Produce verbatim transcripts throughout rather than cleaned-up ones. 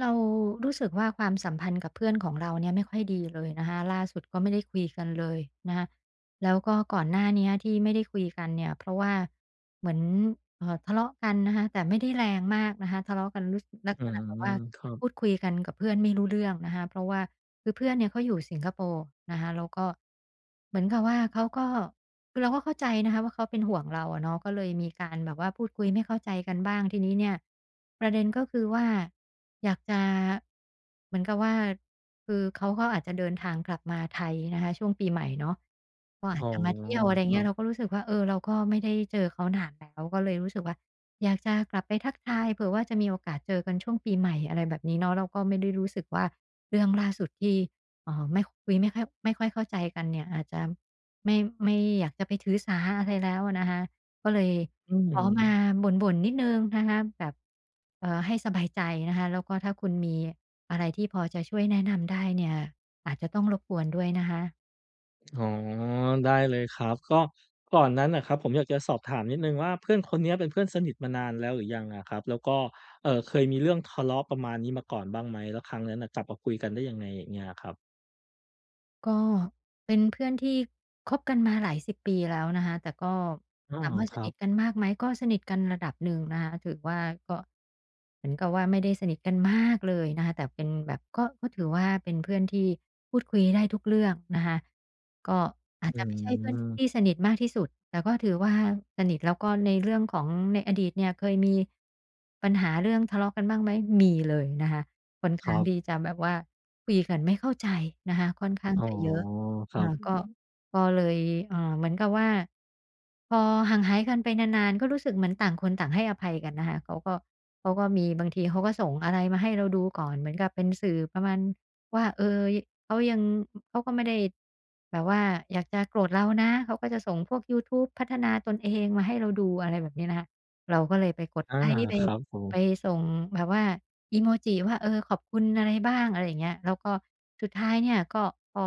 เรารู้สึกว่าความสัมพันธ์กับเพื่อนของเราเนี่ยไม่ค่อยดีเลยนะคะล่าสุดก็ไม่ได้คุยกันเลยนะคะแล้วก็ก่อนหน้าเนี้ยที่ไม่ได้คุยกันเนี่ยเพราะว่า เหมือนเอ่อทะเลาะกันนะคะแต่ไม่ได้แรงมากนะคะทะเลาะกันรู้ลักอืษณะมแบบว่าครับพูดคุยกันกับเพื่อนไม่รู้เรื่องนะคะเพราะว่าคือเพื่อนเนี่ยเขาอยู่สิงคโปร์นะคะแล้วก็เหมือนกับว่าเขาก็คือเราก็เข้าใจนะคะว่าเขาเป็นห่วงเราอะเนาะก็เลยมีการแบบว่าพูดคุยไม่เข้าใจกันบ้างทีนี้เนี่ยประเด็นก็คือว่าอยากจะ เหมือนกับว่าคือเขาก็อาจจะเดินทางกลับมาไทยนะคะช่วงปีใหม่เนาะก็อ๋อาจอจะมาเที่ยวอะไรครัเงี้ยเราบก็รู้สึกว่าเออเราก็ไม่ได้เจอเขานานแล้วก็เลยรู้สึกว่าอยากจะกลับไปทักทายเผื่อว่าจะมีโอกาสเจอกันช่วงปีใหม่อะไรแบบนี้เนาะเราก็ไม่ได้รู้สึกว่าเรื่องล่าสุดที่เอ่อไม่คุยไม่ค่อยไม่ค่อยเข้าใจกันเนี่ยอาจจะไม่ไม่อยากจะไปถือสาอะไรแล้วอะนะคะ ก็เลยอืมขอมาบ่นๆนิดหนึ่งนะคะแบบเอ่อให้สบายใจนะคะแล้วก็ถ้าคุณมีอะไรที่พอจะช่วยแนะนำได้เนี่ยอาจจะต้องรบกวนด้วยนะคะ อ๋อได้เลยครับก็ก่อนนั้นน่ะครับผมอยากจะสอบถามนิดหนึ่งว่าเพื่อนคนเนี้ยเป็นเพื่อนสนิทมานานแล้วหรือยังอะครับแล้วก็เอ่อเคยมีเรื่องทะเลาะประมาณนี้มาก่อนบ้างไหมแล้วครั้งนั้นน่ะกลับมาคุยกันได้ยังไงอย่างเงี้ยครับก็เป็นเพื่อนที่คบกันมาหลายสิบปีแล้วนะคะแต่ก็อ้อถามว่าคสรันิทกับนมากไหม ก็สนิทกันระดับหนึ่งนะคะถือว่าก็เหมือนกับว่าไม่ได้สนิทกันมากเลยนะคะแต่เป็นแบบก็ก็ถือว่าเป็นเพื่อนที่พูดคุยได้ทุกเรื่องนะคะก็อาจอืจะไม่ใช่เพื่อนที่สมนิทมากที่สุด แต่ก็ถือว่าสนิทแล้วก็ในเรื่องของในอดีตเนี่ยเคยมีปัญหาเรื่องทะเลาะกันบ้างไหมมีเลยนะคะ ค่อนคข้ารังที่บจะแบบว่าคุยกันไม่เข้าใจนะคะค่อนข้างอ๋อจะเยอะครัอ่าบก็ก็เลยเอ่อเหมือนกับว่าพอห่างหายกันไปนานๆก็รู้สึกเหมือนต่างคนต่างให้อภัยกันนะคะเขาก็เขาก็มีบางทีเขาก็ส่งอะไรมาให้เราดูก่อนเหมือนกับเป็นสื่อประมาณว่าเออยเขายังเขาก็ไม่ได้แบบว่าอยากจะโกรธเรานะเขาก็จะส่งพวกยูทูบพัฒนาตนเองมาให้เราดูอะไรแบบนี้นะคะเราก็เลยไปกดอาไลก์ไปครับไปผส่งแบบว่า อีโมจิว่าเออขอบคุณอะไรบ้างอะไรอย่างเงี้ยแล้วก็สุดท้ายเนี่ยก็พอ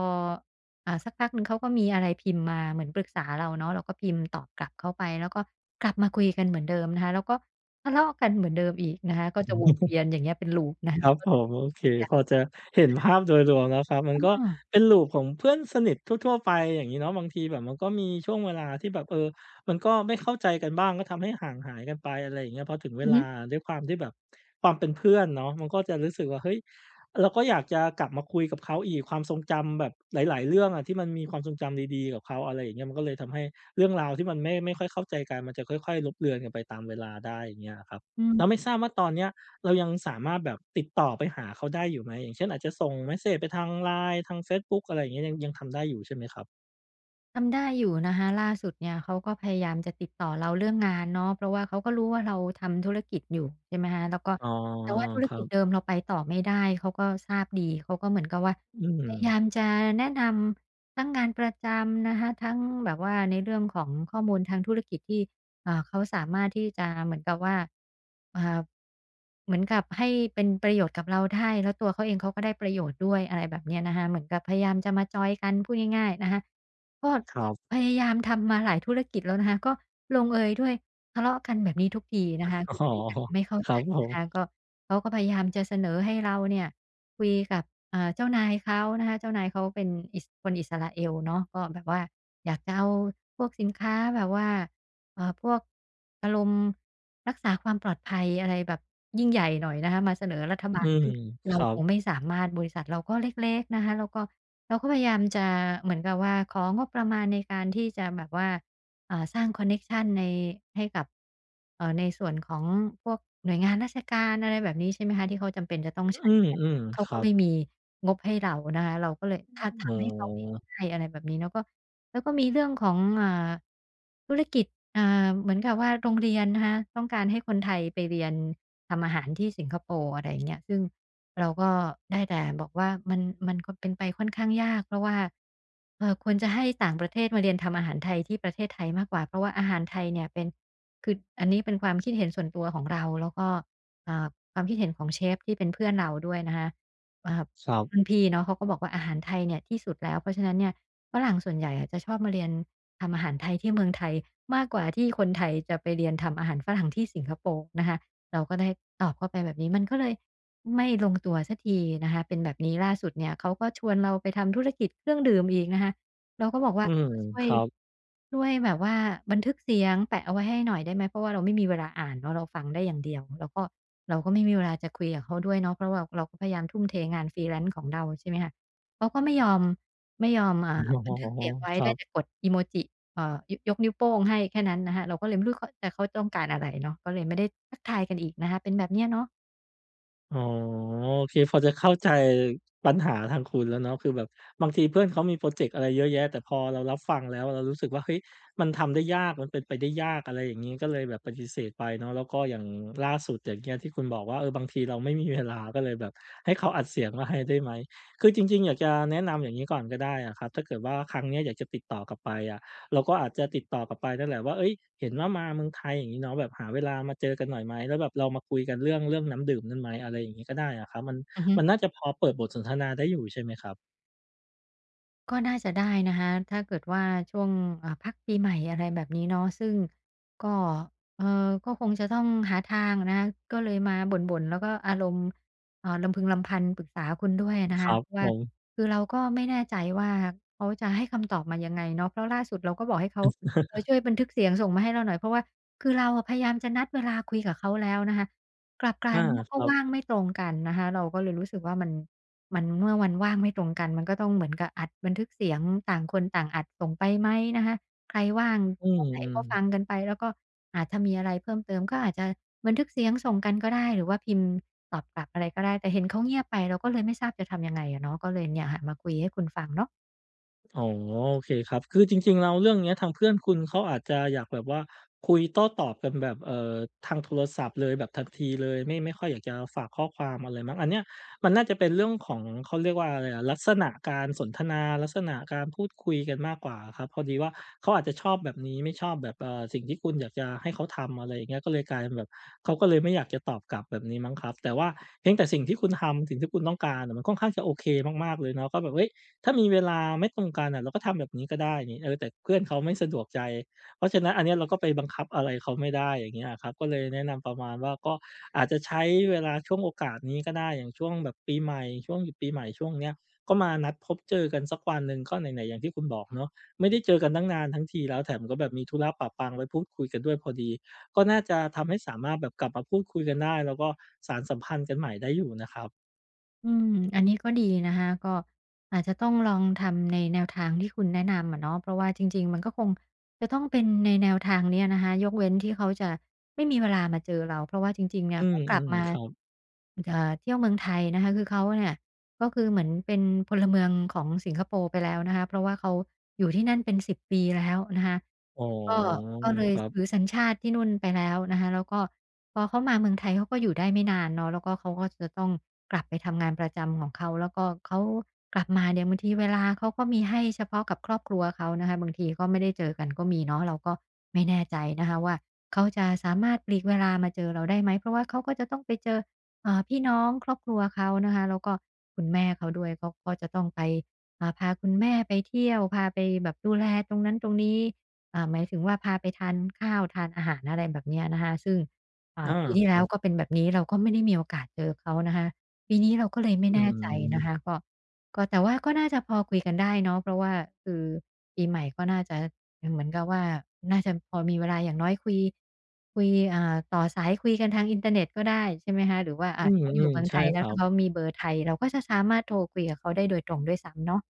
อ่าสักพักหนึ่งเขาก็มีอะไรพิมพ์มาเหมือนปรึกษาเราเนาะเราก็พิมพ์ตอบกลับเขาไปแล้วก็กลับมาคุยกันเหมือนเดิมนะคะแล้วก็ทะเลาะกันเหมือนเดิมอีกนะคะก็จะวนม เวียนอย่างเงี้ยเป็น loop นะคคะรับก็ผเลยมโอเคอยาพกอจะเห็นภาพโดยรวมแล้วครับมันอ้ก็อเป็นลูปของเพื่อนสนิททั่วๆไปอย่างงี้เนาะบางทีแบบมันก็มีช่วงเวลาที่แบบเออมันก็ไม่เข้าใจกันบ้างก็ทำให้ห่างหายกันไปอะไรอย่างเงี้ยพอถึงเวอือลาฮึด้วยความที่แบบความเป็นเพื่อนเนาะมันก็จะรู้สึกว่าเฮ้ยเราก็อยากจะกลับมาคุยกับเขาอีกความทรงจำแบบหลายๆเรื่องอะที่มันมีความทรงจำดีๆกับเขาอะไรอย่างเงี้ยมันก็เลยทำให้เรื่องราวที่มันไม่ไม่ค่อยเข้าใจกันมันจะค่อยๆลบเลือนกันไปตามเวลาได้อย่างเงี้ยอะครับอืแล้วไม่ม ทราบว่าตอนเนี้ย เรายังสามารถแบบติดต่อไปหาเขาได้อยู่ไหมอย่างเช่นอาจจะส่งเมสเซจไปทาง แอล ไอ เอ็น อี ทางเฟซบุ๊กอะไรอย่างเงี้ยยังยังทำได้อยู่ใช่ไหมครับทำได้อยู่นะคะล่าสุดเนี่ยเขาก็พยายามจะติดต่อเราเรื่องงานเนาะเพราะว่าเขาก็รู้ว่าเราทำธุรกิจอยู่ใช่ไหมคะแล้วก็อ๋อแต่ว่าธุรครักิจบเดิมเราไปต่อไม่ได้เขาก็ทราบดีเขาก็เหมือนกับว่าอืมพยายามจะแนะนำทั้งงานประจำนะคะทั้งแบบว่าในเรื่องของข้อมูลทางธุรกิจที่อ่าเขาสามารถที่จะเหมือนกับว่าอ่าเหมือนกับให้เป็นประโยชน์กับเราได้แล้วตัวเขาเองเขาก็ได้ประโยชน์ด้วยอะไรแบบเนี้ยนะคะเหมือนกับพยายามจะมาจอยกันพูดง่ายๆนะคะ ก็ครับพยายามทำมาหลายธุรกิจแล้วนะคะก็ลงเอยด้วยทะเลาะกันแบบนี้ทุกทีนะคะคืออ๋อคุยกันไม่เข้าคใจรับผนะคะมก็เขาก็พยายามจะเสนอให้เราเนี่ยคุยกับเอ่อเจ้านายเขานะคะเจ้านายเขาเป็นอิสคนอิสราเอลเนาะก็แบบว่าอยากจะเอาพวกสินค้าแบบว่าเอ่อพวกอารมณ์รักษาความปลอดภัยอะไรแบบยิ่งใหญ่หน่อยนะคะมาเสนอรัฐบาอืลมซึ่งคเรารัคบงไม่สามารถบริษัทเราก็เล็กๆนะคะแล้วก็ เราก็พยายามจะเหมือนกับว่าของงบประมาณในการที่จะแบบว่าอ่าสร้างคอนเน็กชันในให้กับเอ่อในส่วนของพวกหน่วยงานราชการอะไรแบบนี้ใช่ไหมคะที่เขาจำเป็นจะต้องอืใช้เนี่ยมเขาๆคก็รับไม่มีงบให้เรานะคะเราก็เลยถ้าอ๋อทำให้เขาไม่ได้อะไรแบบนี้แล้วก็แล้วก็มีเรื่องของอ่าธุรกิจอ่าเหมือนกับว่าโรงเรียนนะคะต้องการให้คนไทยไปเรียนทำอาหารที่สิงคโปร์อะไรอย่างเงี้ยซึ่ง เราก็ได้แต่บอกว่ามันมันก็เป็นไปค่อนข้างยากเพราะว่าเอ่อควรจะให้ต่างประเทศมาเรียนทำอาหารไทยที่ประเทศไทยมากกว่าเพราะว่าอาหารไทยเนี่ยเป็นคืออันนี้เป็นความคิดเห็นส่วนตัวของเราแล้วก็อ่าความคิดเห็นของเชฟที่เป็นเพื่อนเราด้วยนะคะอ่าครับรุ่นพี่เนาะเขาก็บอกว่าอาหารไทยเนี่ยที่สุดแล้วเพราะฉะนั้นเนี่ยฝรั่งส่วนใหญ่อะจะชอบมาเรียนทำอาหารไทยที่เมืองไทยมากกว่าที่คนไทยจะไปเรียนทำอาหารฝรั่งที่สิงคโปร์นะคะเราก็ได้ตอบเข้าไปแบบนี้มันก็เลย ไม่ลงตัวสักทีนะคะเป็นแบบนี้ล่าสุดเนี่ยเขาก็ชวนเราไปทำธุรกิจเครื่องดื่มอีกนะคะเราก็บอกอืว่าเอมอช่วคยรับช่วยแบบว่าบันทึกเสียงแปะเอาไว้ให้หน่อยได้ไหมเพราะว่าเราไม่มีเวลาอ่านเนาะเราฟังได้อย่างเดียวแล้วก็เราก็ไม่มีเวลาจะคุยกับเขาด้วยเนาะเพราะว่าเราก็พยายามทุ่มเทงาน freelance ของเราใช่ไหมคะเขาก็ไม่ยอมไม่ยอมออ่าบันทึก๋อเสียงไว้ครัได้บ แต่กดอิโมจิเอ่อยยกนิ้วโป้งให้แค่นั้นนะคะเราก็เลยไม่รู้เขาแต่เขาต้องการอะไรเนาะก็เลยไม่ได้ทักทายกันอีกนะคะเป็นแบบเนี้ยเนาะอ๋อโอเคพอจะเข้าใจปัญหาทางคุณแล้วเนาะคือแบบบางทีเพื่อนเขามีพรอเจกต์อะไรเยอะแยะแต่พอเรารับฟังแล้วเรารู้สึกว่าเฮ้ยมันทำได้ยากมันเป็นไปได้ยากอะไรอย่างงี้ก็เลยแบบปฏิเสธไปเนาะแล้วก็อย่างล่าสุดอย่างเงี้ยที่คุณบอกว่าเออบางทีเราไม่มีเวลาก็เลยแบบให้เขาอัดเสียงมาให้ได้ไหมคือจริงๆอยากจะแนะนำอย่างงี้ก่อนก็ได้อะครับถ้าเกิดว่าครั้งเนี้ยอยากจะติดต่อกลับไปอะ เราก็อาจจะติดต่อกลับไปนั่นแหละว่าเฮ้ยเห็นว่ามาเมืองไทยอย่างงี้เนาะแบบหาเวลามาเจอกันหน่อยไหม แล้วแบบเรามาคุยกันเรื่องเรื่องน้ำดื่มนั้นไหมอะไรอย่างงี้ก็ได้อะครับมันอือฮึ มันน่าจะพอเปิดบทสนทนาได้อยู่ใช่ไหมครับก็น่าจะได้นะคะถ้าเกิดว่าช่วงเอ่าพักปีใหม่อะไรแบบนี้เนาะซึ่งก็เอ่อก็คงจะต้องหาทางนะคะก็เลยมาบ่นๆแล้วก็อารมณ์เอ่อรำพึงรำพันปรึกษาคุณด้วยนะคคะรับเพราะผว่ามคือเราก็ไม่แน่ใจว่าเขาจะให้คำตอบมายังไงเนาะเพราะล่าสุดเราก็บอกให้เขาเอ่อช่วยบันทึกเสียงส่งมาให้เราหน่อยเพราะว่าคือเราอะพยายามจะนัดเวลาคุยกับเขาแล้วนะคะกลับกลายอาเป็นว่าคก็รับว่างไม่ตรงกันนะคะเราก็เลยรู้สึกว่ามัน มันเมื่อวันว่างไม่ตรงกันมันก็ต้องเหมือนกับอัดบันทึกเสียงต่างคนต่างอัดส่งไปไหมนะคะใครว่างอืตอนไหนมก็ฟังๆ กันไปแล้วก็อาจจะมีอะไรเพิ่มเติมก็อาจจะบันทึกเสียงส่งกันก็ได้หรือว่าพิมพ์ตอบกลับอะไรก็ได้แต่เห็นเขาเงียบไปเราก็เลยไม่ทราบจะทำยังไงอะเนาะก็เลยเนี่ยค่ะมาคุยให้คุณฟังเนาะ อ๋อโอเคครับคือจริงๆแล้วเรื่องเนี้ยทางเพื่อนคุณเขาอาจจะอยากแบบว่าคุยโต้ตอบกันแบบเอ่อทางโทรศัพท์เลยแบบทันทีเลยไม่ไม่ค่อยอยากจะฝากข้อความอะไรมั้งอันเนี้ยมันน่าจะเป็นเรื่องของเขาเรียกว่าอะไรอะลักษณะการสนทนาลักษณะการพูดคุยกันมากกว่าอะครับพอดีว่าเขาอาจจะชอบแบบนี้ไม่ชอบแบบเอ่อสิ่งที่คุณอยากจะให้เขาทำอะไรอย่างเงี้ยก็เลยกลายเป็นแบบเขาก็เลยไม่อยากจะตอบกลับแบบนี้มั้งครับแต่ว่าเพียงแต่สิ่งที่คุณทำสิ่งที่คุณต้องการอะมันค่อนข้างจะโอเคมากๆเลยเนาะก็แบบเฮ้ย ถ้ามีเวลาไม่ตรงกันอ่ะเราก็ทำแบบนี้ก็ได้นี่เออแต่เพื่อนเขาไม่สะดวกใจเพราะฉะนั้นอันเนี้ยเราก็ไปบังคับอะไรเขาไม่ได้อย่างเงี้ยอะครับก็เลยแนะนำประมาณว่าก็อาจจะใช้เวลาช่วงโอกาสนี้ก็ได้อย่างช่วงแบบปีใหม่ช่วงหยุดปีใหม่ช่วงเนี้ยก็มานัดพบเจอกันสักวันหนึ่งก็ไหนๆอย่างที่คุณบอกเนาะไม่ได้เจอกันตั้งนานทั้งทีแล้วแถมก็แบบมีธุระปะปังไว้พูดคุยกันด้วยพอดีก็น่าจะทำให้สามารถแบบกลับมาพูดคุยกันได้แล้วก็สานสัมพันธ์กันใหม่ได้อยู่นะครับอืม อันนี้ก็ดีนะคะก็อาจจะต้องลองทำในแนวทางที่คุณแนะนำอะเนาะเพราะว่าจริงๆมันก็คงจะต้องเป็นในแนวทางเนี้ยนะคะยกเว้นที่เขาจะไม่มีเวลามาเจอเราเพราะว่าจริงๆเนี่ยอืเขากลับมมาๆครับเอ่อเที่ยวเมืองไทยนะคะคือเขาเนี่ยก็คือเหมือนเป็นพลเมืองของสิงคโปร์ไปแล้วนะคะเพราะว่าเขาอยู่ที่นั่นเป็นสิบปีแล้วนะคะอ๋อก็ก็เลยครัถือบ สัญชาติที่นู่นไปแล้วนะคะแล้วก็ พอเขามาเมืองไทยเขาก็อยู่ได้ไม่นานเนาะแล้วก็เขาก็จะต้องกลับไปทำงานประจำของเขาแล้วก็เขากลับมาเนี่ยบางทีเวลาเขาก็มีให้เฉพาะกับครอบครัวเขานะคะบางทีก็ไม่ได้เจอกันก็มีเนาะเราก็ไม่แน่ใจนะคะว่าเขาจะสามารถปลีกเวลามาเจอเราได้ไหมเพราะว่าเขาก็จะต้องไปเจอเอ่อพี่น้องครอบครัวเขานะคะแล้วก็คุณแม่เขาด้วยเขาก็จะต้องไปอ่าพาคุณแม่ไปเที่ยวพาไปแบบดูแลตรงนั้นตรงนี้อ่าหมายถึงว่าพาไปทานข้าวทานอาหารอะไรแบบเนี้ยนะคะซึ่ง อ่าอาปีที่คแล้รัวก็บเป็นแบบนี้เราก็ไม่ได้มีโอกาสเจอเขานะคะปีนี้เราก็เลยไม่อืแน่มใจมนะคะมก็ก็แต่ว่าก็น่าจะพอคุยกันได้เนาะเพราะว่าคือปีใหม่ก็น่าจะเหมือนกับว่าน่าจะพอมีเวลาอย่างน้อยคุยคุยอ่าต่อสายคุยกันทางอินเทอร์เน็ตก็ได้ใช่ไหมคะหรือว่าอือ่าเขาอยู่มเมือๆงไทใช่ยคแล้วรัถ้าบ เขามีเบอร์ไทยเราก็จะสามารถโทรคุยกับเขาได้โดยตรงด้วยซ้ำเนาะ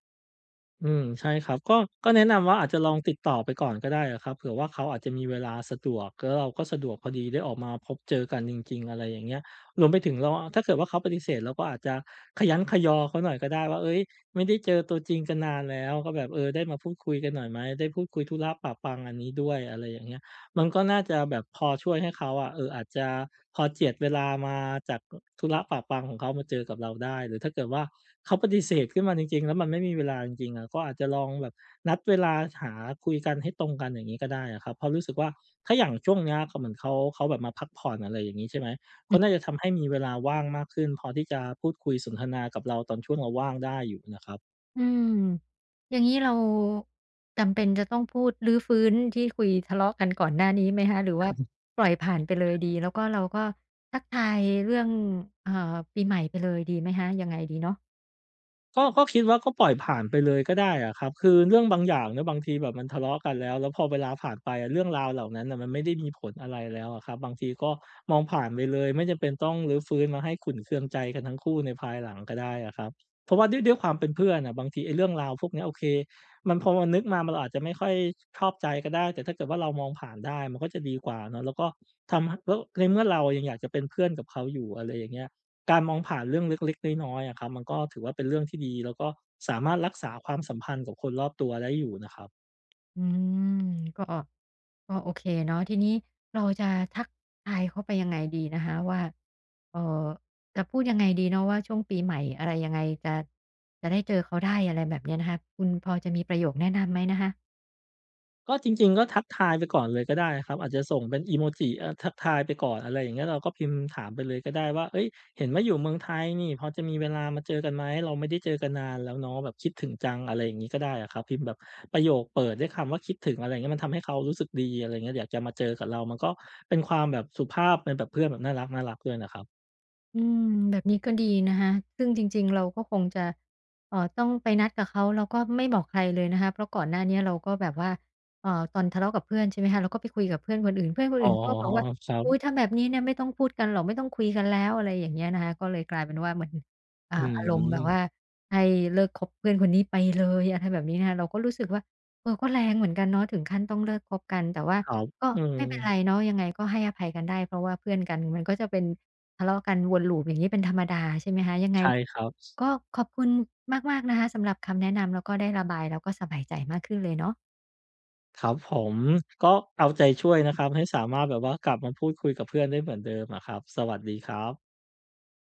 อืมใช่ครับก็ก็แนะนำว่าอาจจะลองติดต่อไปก่อนก็ได้อะครับเผื่อว่าเขาอาจจะมีเวลาสะดวกแล้วเราก็สะดวกพอดีได้ออกมาพบเจอกันจริงๆอะไรอย่างเงี้ยรวมไปถึงเราถ้าเกิดว่าเขาปฏิเสธเราก็อาจจะคะยั้นคะยอเขาหน่อยก็ได้ว่าเฮ้ยไม่ได้เจอตัวจริงกันนานแล้วก็แบบเออได้มาพูดคุยกันหน่อยไหมได้พูดคุยธุระปะปังอันนี้ด้วยอะไรอย่างเงี้ยมันก็น่าจะแบบพอช่วยให้เขาอะเอออาจจะพอเจียดเวลามาจากธุระปะปังของเขามาเจอกับเราได้หรือถ้าเกิดว่า เขาปฏิเสธขึ้นมาจริงๆ แล้วมันไม่มีเวลาจริงๆอะก็อาจจะลองแบบนัดเวลาหาคุยกันให้ตรงกันอย่างงี้ก็ได้อะครับเพราะรู้สึกว่าถ้าอย่างช่วงเนี้ยก็เหมือนเขาเขาแบบมาพักผ่อนอะไรอย่างงี้ใช่ไหมก็น่าจะทำให้มีเวลาว่างมากขึ้นพอที่จะพูดคุยสนทนากับเราตอนช่วงเราว่างได้อยู่นะครับ อืมอย่างนี้เราจำเป็นจะต้องพูดรื้อฟื้นที่คุยทะเลาะกันก่อนหน้านี้ไหมคะหรือว่าปล่อยผ่านไปเลยดีแล้วก็เราก็ทักทายเรื่องเอ่อปีใหม่ไปเลยดีไหมคะยังไงดีเนาะก็ก็คิดว่าก็ปล่อยผ่านไปเลยก็ได้อะครับคือเรื่องบางอย่างเนาะบางทีแบบมันทะเลาะกันแล้วแล้วพอเวลาผ่านไปอะเรื่องราวเหล่านั้นน่ะมันไม่ได้มีผลอะไรแล้วอะครับบางทีก็มองผ่านไปเลยไม่จำเป็นต้องรื้อฟื้นมาให้ขุ่นเคืองใจกันทั้งคู่ในภายหลังก็ได้อะครับเพราะว่าด้วยด้วยความเป็นเพื่อนน่ะบางทีไอ้เรื่องราวพวกเนี้ยโอเคมันพอมันนึกมามันอาจจะไม่ค่อยชอบใจก็ได้แต่ถ้าเกิดว่าเรามองผ่านได้มันก็จะดีกว่าเนาะแล้วก็ทำแล้วในเมื่อเรายังอยากจะเป็นเพื่อนกับเขาอยู่อะไรอย่างเงี้ย การมองผ่านเรื่องเล็กๆน้อยๆอะครับมันก็ถือว่าเป็นเรื่องที่ดีแล้วก็สามารถรักษาความสัมพันธ์กับคนรอบตัวได้อยู่นะครับอืมก็ก็โอเคเนาะทีนี้เราจะทักทายเขาไปยังไงดีนะคะว่าเอ่อจะพูดยังไงดีเนาะว่าช่วงปีใหม่อะไรยังไงจะจะได้เจอเขาได้อะไรแบบเนี้ยนะคะคุณพอจะมีประโยคแนะนำไหมนะคะ ก็จริงๆก็ทักทายไปก่อนเลยก็ได้ครับอาจจะส่งเป็นอีโมจิเออทักทายไปก่อนอะไรอย่างเงี้ยเราก็พิมพ์ถามไปเลยก็ได้ว่าเฮ้ยเห็นว่าอยู่เมืองไทยนี่พอจะมีเวลามาเจอกันไหมเราไม่ได้เจอกันนานแล้วเนาะแบบคิดถึงจังอะไรอย่างงี้ก็ได้อะครับพิมพ์แบบประโยคเปิดด้วยคำว่าคิดถึงอะไรอย่างเงี้ยมันทำให้เขารู้สึกดีอะไรอย่างเงี้ยอยากจะมาเจอกับเรามันก็เป็นความแบบสุภาพเป็นแบบเพื่อนแบบน่ารักๆด้วยนะครับอืมแบบนี้ก็ดีนะคะซึ่งจริงๆ เราก็คงจะเอ่อต้องไปนัดกับเขา แล้วก็ไม่บอกใครเลยนะคะเพราะก่อนหน้าเนี้ยเราก็แบบว่าเอ่อตอนทะเลาะกับเพื่อนใช่ไหมคะเราก็ไปคุยกับเพื่อนคนอื่นเพื่อนคนอ๋ออื่นก็บอกว่าครับ อุ๊ยถ้าแบบนี้เนี่ยไม่ต้องพูดกันหรอกไม่ต้องคุยกันแล้วอะไรอย่างเงี้ยนะคะก็เลยกลายเป็นว่าเหมือนอ่าอือารมณ์แบบว่ามให้เลิกคบเพื่อนคนนี้ไปเลยอะไรแบบนี้นะคะเราก็รู้สึกว่าเออก็แรงเหมือนกันเนาะถึงขั้นต้องเลิกคบกันแต่ว่า ครับก็อืมไม่เป็นไรเนาะยังไงก็ให้อภัยกันได้เพราะว่าเพื่อนกันมันก็จะเป็นทะเลาะกันวนลูปอย่างนี้เป็นธรรมดาใช่ไหมคะยังไงใช่ครับก็ขอบคุณมากๆนะคะสำหรับคำแนะนำแล้วก็ได้ระบายแล้วก็สบายใจมากขึ้นเลยเนาะครับผมก็เอาใจช่วยนะครับให้สามารถแบบว่ากลับมาพูดคุยกับเพื่อนได้เหมือนเดิมอะครับสวัสดีครับ